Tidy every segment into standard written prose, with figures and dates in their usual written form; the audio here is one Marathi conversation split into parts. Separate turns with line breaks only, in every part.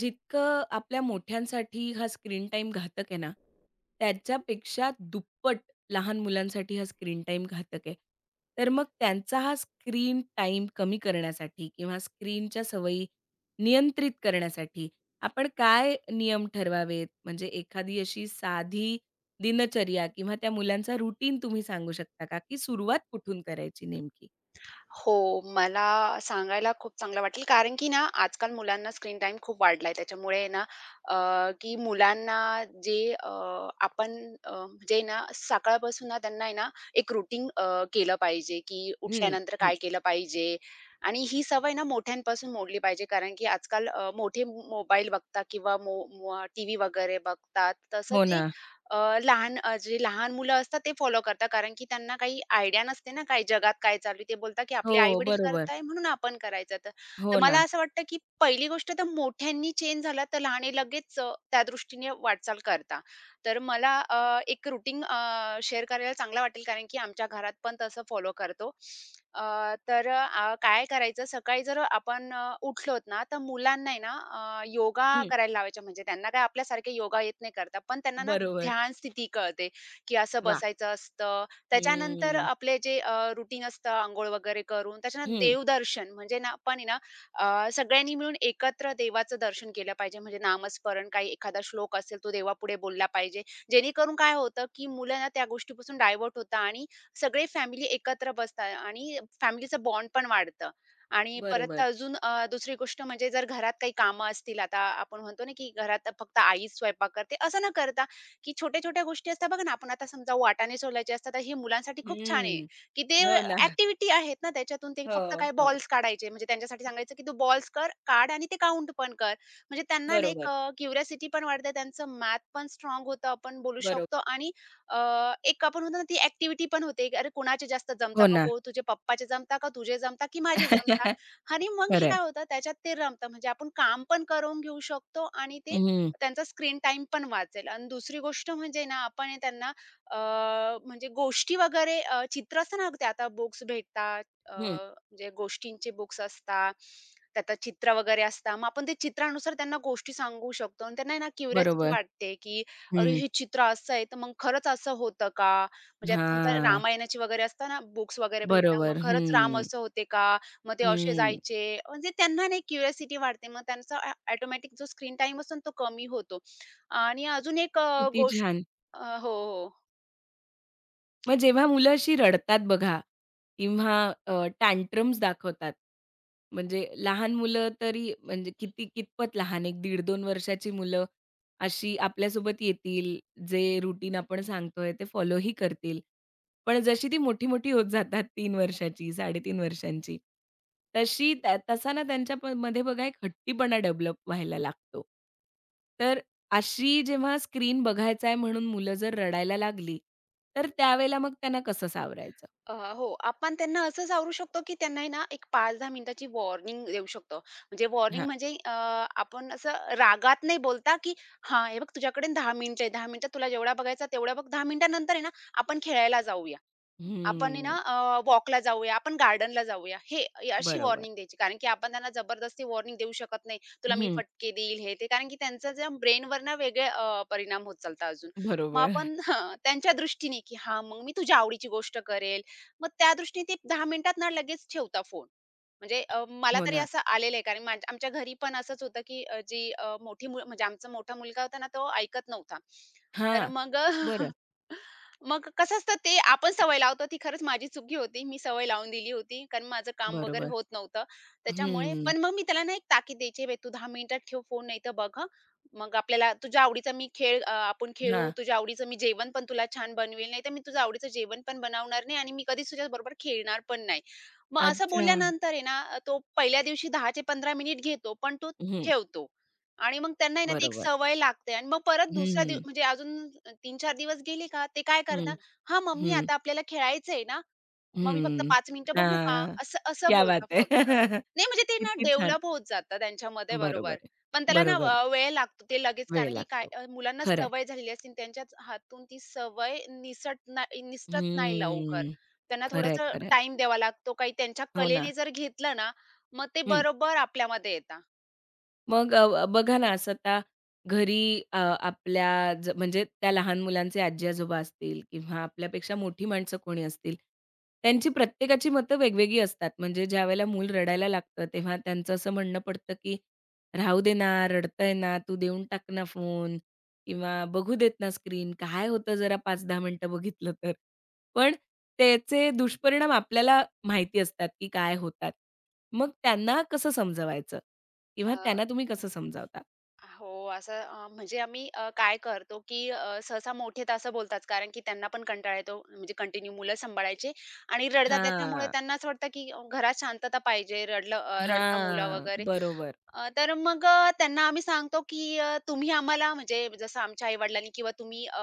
जितकं आपल्या मोठ्यांसाठी हा स्क्रीन टाईम घातक आहे ना, त्याच्यापेक्षा दुप्पट लहान मुलांसाठी हा स्क्रीन टाईम घातक आहे. तर मग त्यांचा हा स्क्रीन टाईम कमी करण्यासाठी किंवा स्क्रीनच्या सवयी नियंत्रित करण्यासाठी आपण काय नियम ठरवावेत? म्हणजे एखादी अशी साधी दिनचर्या किंवा त्या मुलांचा रुटीन तुम्ही सांगू शकता का? की सुरुवात कुठून करायची नेमकी?
हो, मला सांगायला खूप चांगलं वाटेल, कारण की ना आजकाल मुलांना स्क्रीन टाइम खूप वाढलाय. त्याच्यामुळे ना अ, की मुलांना जे आपण म्हणजे ना सकाळपासून ना त्यांना आहे ना एक रूटीन केलं पाहिजे, की
हं,
उठल्यानंतर
हं.
काय केलं पाहिजे. आणि ही सवय ना मोठ्यांपासून मोडली पाहिजे. कारण की आजकाल मोठे मोबाईल बघतात किंवा टीव्ही वगैरे बघतात. तसं
हो
ते
ना.
अ, जे लहान मुलं असतात ते फॉलो करतात. कारण की त्यांना काही आयडिया नसते ना, काय जगात काय चालू आहे. ते बोलतात, की
हो,
आपले आई-वडील करत
बरोबर.
आहे म्हणून आपण करायचं. तर तर
हो
मला
ना.
असं वाटतं, की पहिली गोष्ट तर मोठ्यांनी चेंज झाला, तर लहाने लगेच त्या दृष्टीने वाटचाल करतात. तर मला एक रुटीन शेअर करायला चांगला वाटेल कारण की आमच्या घरात पण तसं फॉलो करतो. अ, तर काय करायचं सकाळी जर आपण उठलोत ना, तर मुलांना आहे ना योगा
हं,
करायला लावायचा म्हणजे त्यांना काय आपल्यासारखे योगा येत नाही करता. पण त्यांना ना
बरोबर.
ध्यान स्थिती कळते, की असं
वाह!
बसायचं असतं. त्याच्यानंतर
हम्म,
आपले जे रुटीन असतं, अंघोळ वगैरे करून त्याच्यानंतर
हं,
देवदर्शन म्हणजे ना आपण आहे ना सगळ्यांनी मिळून एकत्र देवाचं दर्शन केलं पाहिजे. म्हणजे नामस्मरण काही एखादा श्लोक असेल तो देवापुढे बोलला पाहिजे. जेणेकरून काय होतं, की मुलं ना त्या गोष्टीपासून डायव्हर्ट होतात आणि सगळे फॅमिली एकत्र बसतात आणि फॅमिलीचं बॉन्ड पण वाढतं. आणि परत
बरोबर.
अजून दुसरी गोष्ट म्हणजे जर घरात काही कामं असतील, आता आपण म्हणतो ना, की घरात फक्त आईच स्वयंपाक करते, असं न करता, की छोट्या-छोट्या गोष्टी असतात बघा ना, आपण आता समजा वाटाणे सोलायचे असतात, तर हे मुलांसाठी खूप छान आहे.
हं,
की ते
हो ना.
ॲक्टिव्हिटी आहेत ना त्याच्यातून ते
हो,
फक्त काय
हो.
बॉल्स काढायचे. म्हणजे त्यांच्यासाठी सांगायचं की तू बॉल्स कर, काढ आणि ते काउंट पण कर. म्हणजे त्यांना ना एक
बरोबर,
पण वाढते. त्यांचं मॅथ पण स्ट्राँग होतं आपण बोलू शकतो
बरोबर.
आणि अ, एक आपण म्हणतो ना ती ॲक्टिव्हिटी पण होते. की अरे कुणाचे जास्त जमता
हो ना.
बघू, तुझे पप्पाचे जमता का तुझे जमता की माझे जमता? आणि मग हे
खरं आहे.
काय होतं त्याच्यात ते रमतं. म्हणजे आपण काम पण करून घेऊ शकतो आणि ते
हं,
त्यांचा स्क्रीन टाईम पण वाचेल. आणि दुसरी गोष्ट म्हणजे ना आपण आहे त्यांना म्हणजे गोष्टी वगैरे चित्र असतं ना, ते आता बुक्स भेटतात. म्हणजे गोष्टींचे बुक्स असतात. त्यात चित्र वगैरे असतात. मग आपण ते चित्रानुसार त्यांना गोष्टी सांगू शकतो आणि त्यांना आहे ना क्युरिओसिटी
बरोबर.
वाटते, की "अरे,
हं,
हे चित्र असं आहे, तर मग खरंच असं होतं का?" म्हणजे आता समजा
हां,
रामायणाची वगैरे असतात ना बुक्स वगैरे भेटतात. मग
बरोबर.
खरंच राम
हं,
असं होते का? मग ते असे
हं.
जायचे. म्हणजे त्यांना नाही क्युरिओसिटी वाढते. मग त्यांचा ऑटोमॅटिक जो स्क्रीन टाईम असतो ना, तो कमी होतो. आणि अजून एक
किती
गोष्ट
छान.
हो, हो.
मग जेव्हा मुलं अशी रडतात बघा किंवा टँट्रम्स दाखवतात, म्हणजे लहान मुलं तरी म्हणजे किती कितपत लहान, 1 दीड 2 वर्षाची मुलं अशी आपल्यासोबत येतील, जे रुटीन आपण सांगतोय ते फॉलोही करतील. पण जशी ती मोठी-मोठी होत जातात 3 वर्षाची, 3.5 वर्षांची, तशी त्या तसा ना त्यांच्या मध्ये बघा एक हट्टीपणा डेव्हलप व्हायला लागतो. तर अशी जेव्हा स्क्रीन बघायचा आहे म्हणून मुलं जर रडायला लागली, तर त्यावेळेला मग त्यांना कसं सावरायचं?
हो. आपण त्यांना असं सावरू शकतो, की त्यांना ना, एक 5-10 मिनिटाची वॉर्निंग देऊ शकतो. म्हणजे वॉर्निंग
हां.
म्हणजे आपण असं रागात नाही बोलता, की "हां, हे बघ तुझ्याकडे 10 मिनिटं आहे. 10 मिनिटात तुला जेवढा बघायचा तेवढा बघ. 10 मिनिटानंतर आहे ना, आपण खेळायला जाऊया." आपण आहे ना
हम्म.
वॉकला जाऊया, आपण गार्डनला जाऊया. हे हे अशी
बरोबर.
वॉर्निंग द्यायची. कारण की आपण त्यांना जबरदस्ती वॉर्निंग देऊ शकत नाही. तुला मी
हं.
फटके देईल हे ते. कारण की त्यांचं जे ब्रेनवर ना वेगळे परिणाम होत चालतात अजून. मग
बरोबर.
आपण हां, त्यांच्या दृष्टीने की हां, मग मी तुझ्या आवडीची गोष्ट करेल. मग त्या दृष्टीने ते 10 मिनिटात ना लगेच ठेवता फोन. म्हणजे मला
हो
तरी
ना.
असं आलेलं आहे. कारण माझ्या आमच्या घरी पण असंच होतं की मोठी मुल म्हणजे आमचा मोठा मुलगा होता ना, तो ऐकत नव्हता. तर
हां.
मग
बरं.
मग कसं असतं ते आपण सवय लावतो ती खरंच माझी चुकी होती. मी सवय लावून दिली होती. कारण माझं काम वगैरे
बरोबर.
होत नव्हतं त्याच्यामुळे.
हं.
पण मग मी त्याला ना एक ताकीद द्यायची, "बे तू 10 मिनिटात ठेव फोन नाहीतर बघ हं. मग आपल्याला तुझ्या आवडीचा मी खेळ आपण खेळू.
हां.
तुझ्या आवडीचं मी जेवण पण तुला छान बनवेल. नाहीतर मी तुझं आवडीचं जेवण पण बनवणार नाही आणि मी कधीच तुझ्याबरोबर खेळणार पण नाही." मग असं
अच्छा.
बोलल्यानंतर आहे ना तो पहिल्या दिवशी 10 चे मिनिट घेतो, पण तो
हं.
ठेवतो आणि मग त्यांना आहे ना ती एक
बरोबर.
सवय लागते आणि मग परत दुसऱ्या
हं.
म्हणजे अजून तीन चार दिवस गेले का, ते काय
हं.
करणार, हा मम्मी
हं.
आता आपल्याला खेळायचंय ना, मग मी फक्त
हं.
पाच मिनिटं बघू का?"
हां.
असं असं
क्या बात
बोलतात
है!
फक्त. नाही म्हणजे ते ना
किती छान.
डेव्हलप होत जातं त्यांच्यामध्ये
बरोबर
बरोबर.
आहे.
पण त्याला ना
बरोबर. आहे.
वेळ लागतो ते लगेच
वेळ
कारण की काय
लागतो.
मुलांना
खरं आहे.
सवय झालेली असते आणि त्यांच्याच हातून ती सवय निसटत नाही लवकर.
हं.
त्यांना
खरं
थोडंसं टाईम द्यावा लागतो. काही त्यांच्या
हो ना.
कलेने जर घेतलं ना, मग ते बरोबर आपल्यामध्ये येतात.
मग बघा ना, स्वतः घरी आपल्या म्हणजे त्या लहान मुलांचे आजी-आजोबा असतील किंवा आपल्यापेक्षा मोठी माणसं कोणी असतील, त्यांची प्रत्येकाची मतं वेगवेगळी असतात. म्हणजे ज्यावेळेला मूल रडायला लागतं, तेव्हा त्यांचं असं म्हणणं पडतं, की "राहू दे ना, रडतंय ना, तू देऊन टाक ना फोन किंवा बघू देत ना स्क्रीन. काय होतं जरा 5-10 मिनिटं बघितलं तर." पण त्याचे दुष्परिणाम आपल्याला माहिती असतात, की काय होतात. मग त्यांना कसं समजवायचं? किंवा त्यांना तुम्ही कसं समजावता?
हो, असं म्हणजे आम्ही काय करतो, की सहसा मोठे तर असं बोलतात, कारण की त्यांना पण कंटाळा येतो, म्हणजे कंटिन्यू मुलं सांभाळायची आणि रडतात. त्याच्यामुळे
हां.
त्यांना असं वाटतं, की घरात शांतता पाहिजे, रडता मुलं
हां.
वगैरे.
बरोबर.
तर मग त्यांना आम्ही सांगतो, की तुम्ही आम्हाला म्हणजे जसं आमच्या आई-वडिलांनी किंवा तुम्ही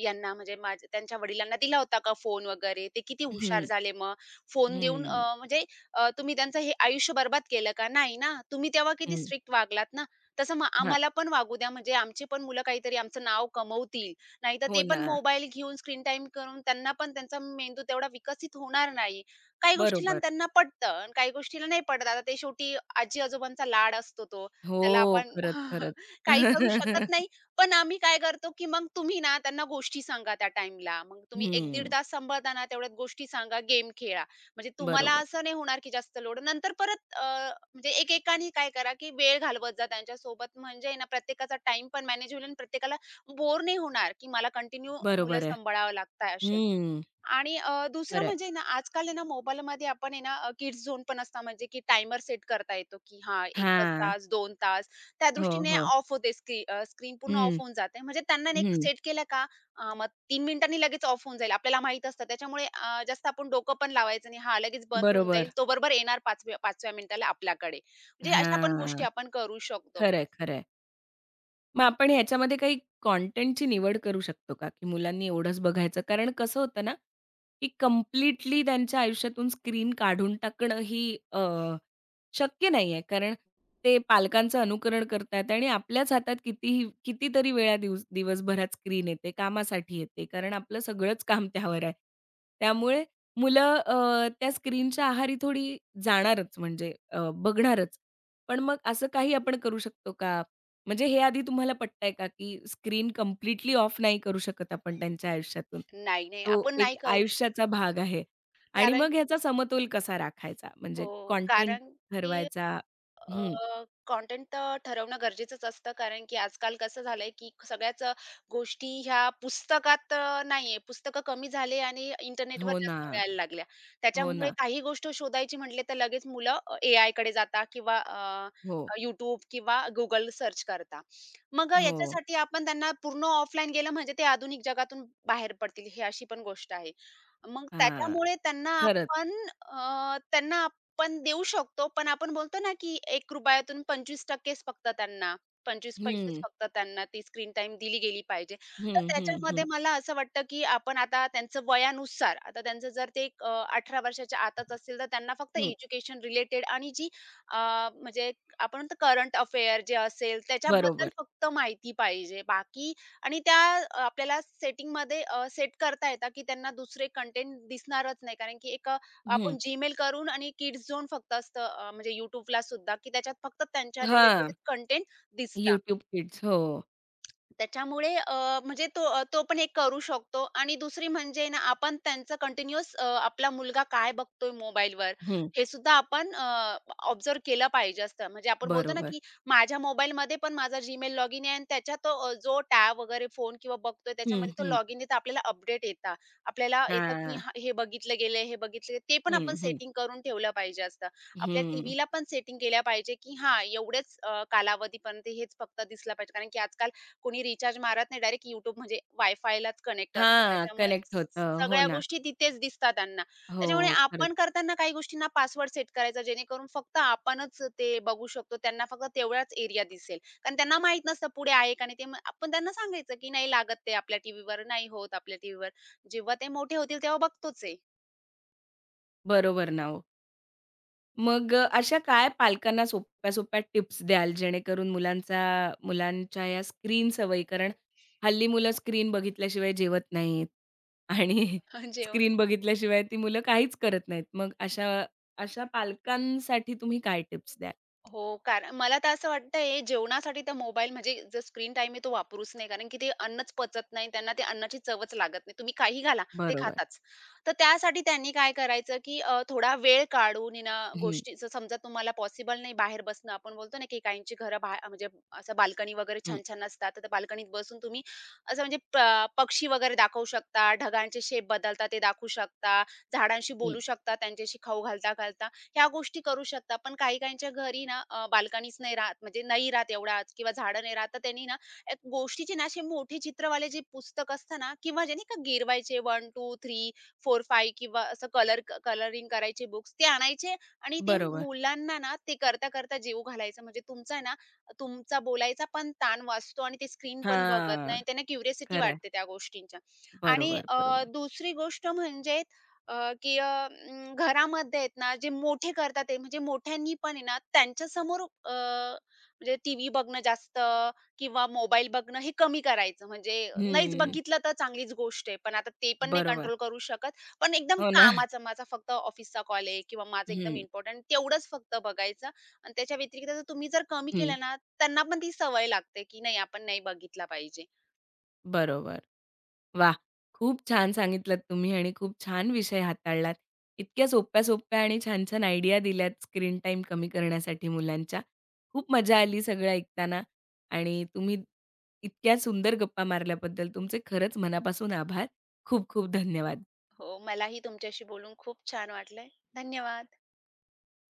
यांना म्हणजे माझ्या त्यांच्या वडिलांना दिला होता का फोन वगैरे? ते किती हुशार
हं.
झाले मग. फोन देऊन
हं.
म्हणजे तुम्ही त्यांचं हे आयुष्य बरबाद केलं का? नाही ना. तुम्ही तेव्हा किती
हं.
स्ट्रिक्ट वागलात ना. तसं मग
हां.
आम्हाला पण वागू द्या, म्हणजे आमची पण मुलं काहीतरी आमचं नाव कमवतील. नाहीतर
हो
ते पण
ना.
मोबाईल घेऊन स्क्रीन टाईम करून त्यांना पण त्यांचा मेंदू तेवढा विकसित होणार नाही. काही गोष्टीला न
बरोबर.
त्यांना पटतं आणि काही गोष्टीला नाही पटत. आता ते शेवटी आजी-आजोबांचा लाड असतो तो.
हो.
त्याला आपण
खरंच, खरंच.
काही करू शकत नाही. पण आम्ही काय करतो, की मग तुम्ही ना त्यांना गोष्टी सांगा त्या टाईमला. मग तुम्ही एक 15
हं.
तास सांभाळताना तेवढ्यात गोष्टी सांगा, गेम खेळा. म्हणजे तुम्हाला
बरोबर.
असं नाही होणार, की जास्त लोड. नंतर परत म्हणजे एकेकाने काय करा, की वेळ घालवत जा त्यांच्यासोबत. म्हणजे आहे ना प्रत्येकाचा टाईम पण मॅनेज होईल आणि प्रत्येकाला बोर नाही होणार, की मला कंटिन्यू मुलं
बरोबर आहे.
सांभाळावं लागतंय असे.
हं.
आणि दुसरं
खरं आहे.
म्हणजे ना, आजकाल आहे ना, मोबाईलमध्ये आपण आहे ना, किड्स झोन पण असता म्हणजे की टायमर सेट करता येतो, की हां, 1च
हां.
तास, 2 तास. त्या
हो,
दृष्टीने
हो.
ऑफ होते स्क्रीन पूर्ण ऑफ
हं.
होऊन जाते. म्हणजे त्यांना ना, एक
हं.
सेट केलं का मग 3 मिनिटांनी लगेच ऑफ होऊन जाईल. आपल्याला माहीत असतं. त्याच्यामुळे जास्त आपण डोकं पण लावायचं नाही. हां, लगेच बंद होऊन जाईल.
बरोबर.
तो बरोबर येणार 5व्या मिनिटाला आपल्याकडे. म्हणजे अशा पण गोष्टी
हां.
आपण करू शकतो.
खरं आहे, खरं आहे. मग आपण ह्याच्यामध्ये काही कॉन्टेंटची निवड करू शकतो का? की मुलांनी एवढंच बघायचं? कारण कसं होतं ना, की कंप्लीटली त्यांच्या आयुष्यातून स्क्रीन काढून टाकणं ही शक्य नाहीये. कारण ते पालकांचं अनुकरण करतायत आणि आपल्याच हातात कितीही कितीतरी वेळा दिवस दिवसभरात स्क्रीन येते, कामासाठी येते. कारण आपलं सगळंच काम त्यावर आहे. त्यामुळे मुलं त्या स्क्रीनच्या आहारी थोडी जाणारच म्हणजे बघणारच. पण मग असं काही आपण करू शकतो का? म्हणजे हे आधी तुम्हाला पटतंय का, की स्क्रीन कंप्लीटली ऑफ नाही करू शकत आपण त्यांच्या आयुष्यातून.
नाही, नाही,
तो
आपण
एक
नाही करू
आयुष्याचा
शकत.
भाग आहे. आणि
कारण
मग ह्याचा समतोल कसा राखायचा? म्हणजे
हो,
कंटेंट
कारण की
ठरवायचा
अ,
हं.
कंटेंट तर ठरवणं गरजेचंच असतं. कारण की आजकाल कसं झालंय, की सगळ्याच गोष्टी ह्या पुस्तकात नाहीये. पुस्तकं कमी झाले आणि इंटरनेटवर
हो ना,
जास्त मिळायला लागल्या.
हो
त्याच्यामुळे
ना.
काही गोष्ट शोधायची म्हटले तर लगेच मुलं कडे जाता किंवा
हो,
YouTube किंवा Google सर्च करतात. मग
हो.
याच्यासाठी आपण त्यांना पूर्ण ऑफलाईन गेलं म्हणजे ते आधुनिक जगातून बाहेर पडतील, ही अशी पण गोष्ट आहे. मग
हां,
त्याच्यामुळे त्यांना
खरंच.
आपण त्यांना पण देऊ शकतो. पण आपण बोलतो ना, की ₹1 25 टक्केच फक्त त्यांना 25 पैसेच
हं,
फक्त त्यांना ती स्क्रीन टाईम दिली गेली पाहिजे. तर
हं, हं,
त्याच्यामध्ये
हं,
मला असं वाटतं, की आपण आता त्यांचं वयानुसार आता त्यांचं जर ते 18 वर्षाच्या आतच असेल, तर त्यांना फक्त
हं.
एज्युकेशन रिलेटेड आणि जी अ, म्हणजे आपण म्हणतो करंट अफेअर जे असेल त्याच्याबद्दल
बरोबर.
फक्त माहिती पाहिजे. बाकी आणि त्या आपल्याला सेटिंगमध्ये सेट करता येतात, की त्यांना दुसरे कंटेंट दिसणारच नाही. कारण की एक
हं.
आपण Gmail करून आणि किड्स झोन फक्त असतं म्हणजे YouTubeला सुद्धा की त्याच्यात फक्त त्यांच्या
हां,
रिलेटेड कंटेंट दिसतात.
YouTube Kids. हो.
त्याच्यामुळे म्हणजे तो पण एक करू शकतो आणि दुसरी म्हणजे ना आपण त्यांचं कंटिन्यूअस आपला मुलगा काय बघतोय मोबाईलवर
हं.
हे सुद्धा आपण ऑब्झर्व केलं पाहिजे असतं. म्हणजे आपण बोलतो ना,
बरोबर.
की माझ्या मोबाईलमध्ये पण माझा Gmail लॉगिन आहे आणि त्याच्यात जो टॅब वगैरे फोन किंवा बघतोय
हं,
त्याच्यामध्ये तो
हं.
लॉगिन देता आपल्याला अपडेट येतात. आपल्याला येतं, की
हां.
हां, हे बघितलं गेलं, हे बघितलं गेलंय. ते पण आपण
हं, हं.
सेटिंग करून ठेवलं पाहिजे असतं. आपल्या
हं.
टीव्हीला पण सेटिंग केल्या पाहिजे, की हां, एवढेच कालावधीपर्यंत हेच फक्त दिसलं पाहिजे. कारण की आजकाल कोणी रिचार्ज मारत नाही. डायरेक्ट YouTube म्हणजे वायफायलाच कनेक्ट असतं.
हां,
त्याच्यामुळे
कनेक्ट होतं. हो
सगळ्या
ना.
गोष्टी तिथेच दिसतात त्यांना.
हो,
त्याच्यामुळे
हो, खरंच.
आपण करताना काही गोष्टींना पासवर्ड सेट करायचा जेणेकरून फक्त आपणच ते बघू शकतो. त्यांना फक्त तेवढाच एरिया दिसेल. कारण त्यांना माहीत नसतं पुढे आहे का नाही ते. मग आपण त्यांना सांगायचं, की "नाही लागत ते आपल्या टीव्हीवर, नाही होत आपल्या टीव्हीवर." जेव्हा ते मोठे होतील तेव्हा बघतोच आहे
बरोबर ना ओ. मग अशा काय पालकांना सोप्या-सोप्या टिप्स द्याल, जेणेकरून मुलांच्या या स्क्रीन सवयी कारण हल्ली मुलं स्क्रीन बघितल्याशिवाय जेवत नाहीत आणि
जेवण.
स्क्रीन बघितल्याशिवाय ती मुलं काहीच करत नाहीत. मग अशा अशा पालकांसाठी तुम्ही काय टिप्स द्याल?
हो, कारण मला तर असं वाटतंय जेवणासाठी तर मोबाईल म्हणजे जो स्क्रीन टाईम आहे तो वापरूच नाही. कारण की ते अन्नच पचत नाही. त्यांना ते अन्नाची चवच लागत नाही. तुम्ही काही घाला, ते
बरोबर.
खाताच. तर त्यासाठी त्यांनी काय करायचं, की थोडा वेळ काढून आहे ना
हं,
गोष्टीचं समजा तुम्हाला पॉसिबल नाही बाहेर बसणं. आपण बोलतो ना, की काहींची घरं म्हणजे असं बाल्कनी वगैरे
हं,
छान-छान असतात. तर त्या बाल्कनीत बसून तुम्ही असं म्हणजे पक्षी वगैरे दाखवू शकता, ढगांचे शेप बदलतात ते दाखवू शकता, झाडांशी
हं.
बोलू शकता, त्यांच्याशी खाऊ घालता-घालता. ह्या गोष्टी करू शकता. पण काही-काहींच्या घरी ना बाल्कनीच नाही राहत म्हणजे नाही राहत एवढा आत किंवा झाडं नाही राहत. तर त्यांनी ना एक गोष्टीचे ना असे मोठे चित्रवाले जे पुस्तक असतं ना किंवा जे नाही का गिरवायचे 1, 2, 3, 4, 5 किंवा असं कलरिंग करायचे बुक्स ते आणायचे आणि ते
बरोबर.
मुलांना ना ते करता-करता जीव घालायचा. म्हणजे तुमचा बोलायचा पण ताण वाचतो आणि ते स्क्रीन पण बघत
हां,
नाही. त्यांना क्युरिओसिटी
खरं
वाटते त्या गोष्टींच्या. आणि
बरोबर, बरोबर.
दुसरी गोष्ट म्हणजे अ, की अ, अं, घरामध्ये आहेत ना, जे मोठे करतात आहे, म्हणजे मोठ्यांनी पण आहे ना, त्यांच्यासमोर म्हणजे टीव्ही बघणं जास्त किंवा मोबाईल बघणं हे कमी करायचं. म्हणजे नाहीच
हं,
बघितलं तर चांगलीच गोष्ट आहे. पण आता ते पण नाही
बरोबर.
कंट्रोल करू शकत. पण एकदम
हो ना.
कामाचा माझा फक्त ऑफिसचा कॉल आहे किंवा माझं एकदम
हं,
इम्पोर्टंट तेवढंच फक्त बघायचं आणि त्याच्या व्यतिरिक्त जर तुम्ही जर कमी
हं.
केलं ना, त्यांना पण ती सवय लागते, की नाही आपण नाही बघितला पाहिजे.
बरोबर. वा, खूप छान सांगितलत तुम्ही आणि खूप छान विषय हाताळलात. इतक्या सोप्या-सोप्या आणि छान-छान आयडिया दिल्यात स्क्रीन टाईम कमी करण्यासाठी मुलांच्या. खूप मजा आली सगळं ऐकताना आणि तुम्ही इतक्या सुंदर गप्पा मारल्याबद्दल तुमचे खरंच मनापासून आभार. खूप खूप धन्यवाद.
हो, मलाही तुमच्याशी बोलून खूप छान वाटलंय. धन्यवाद.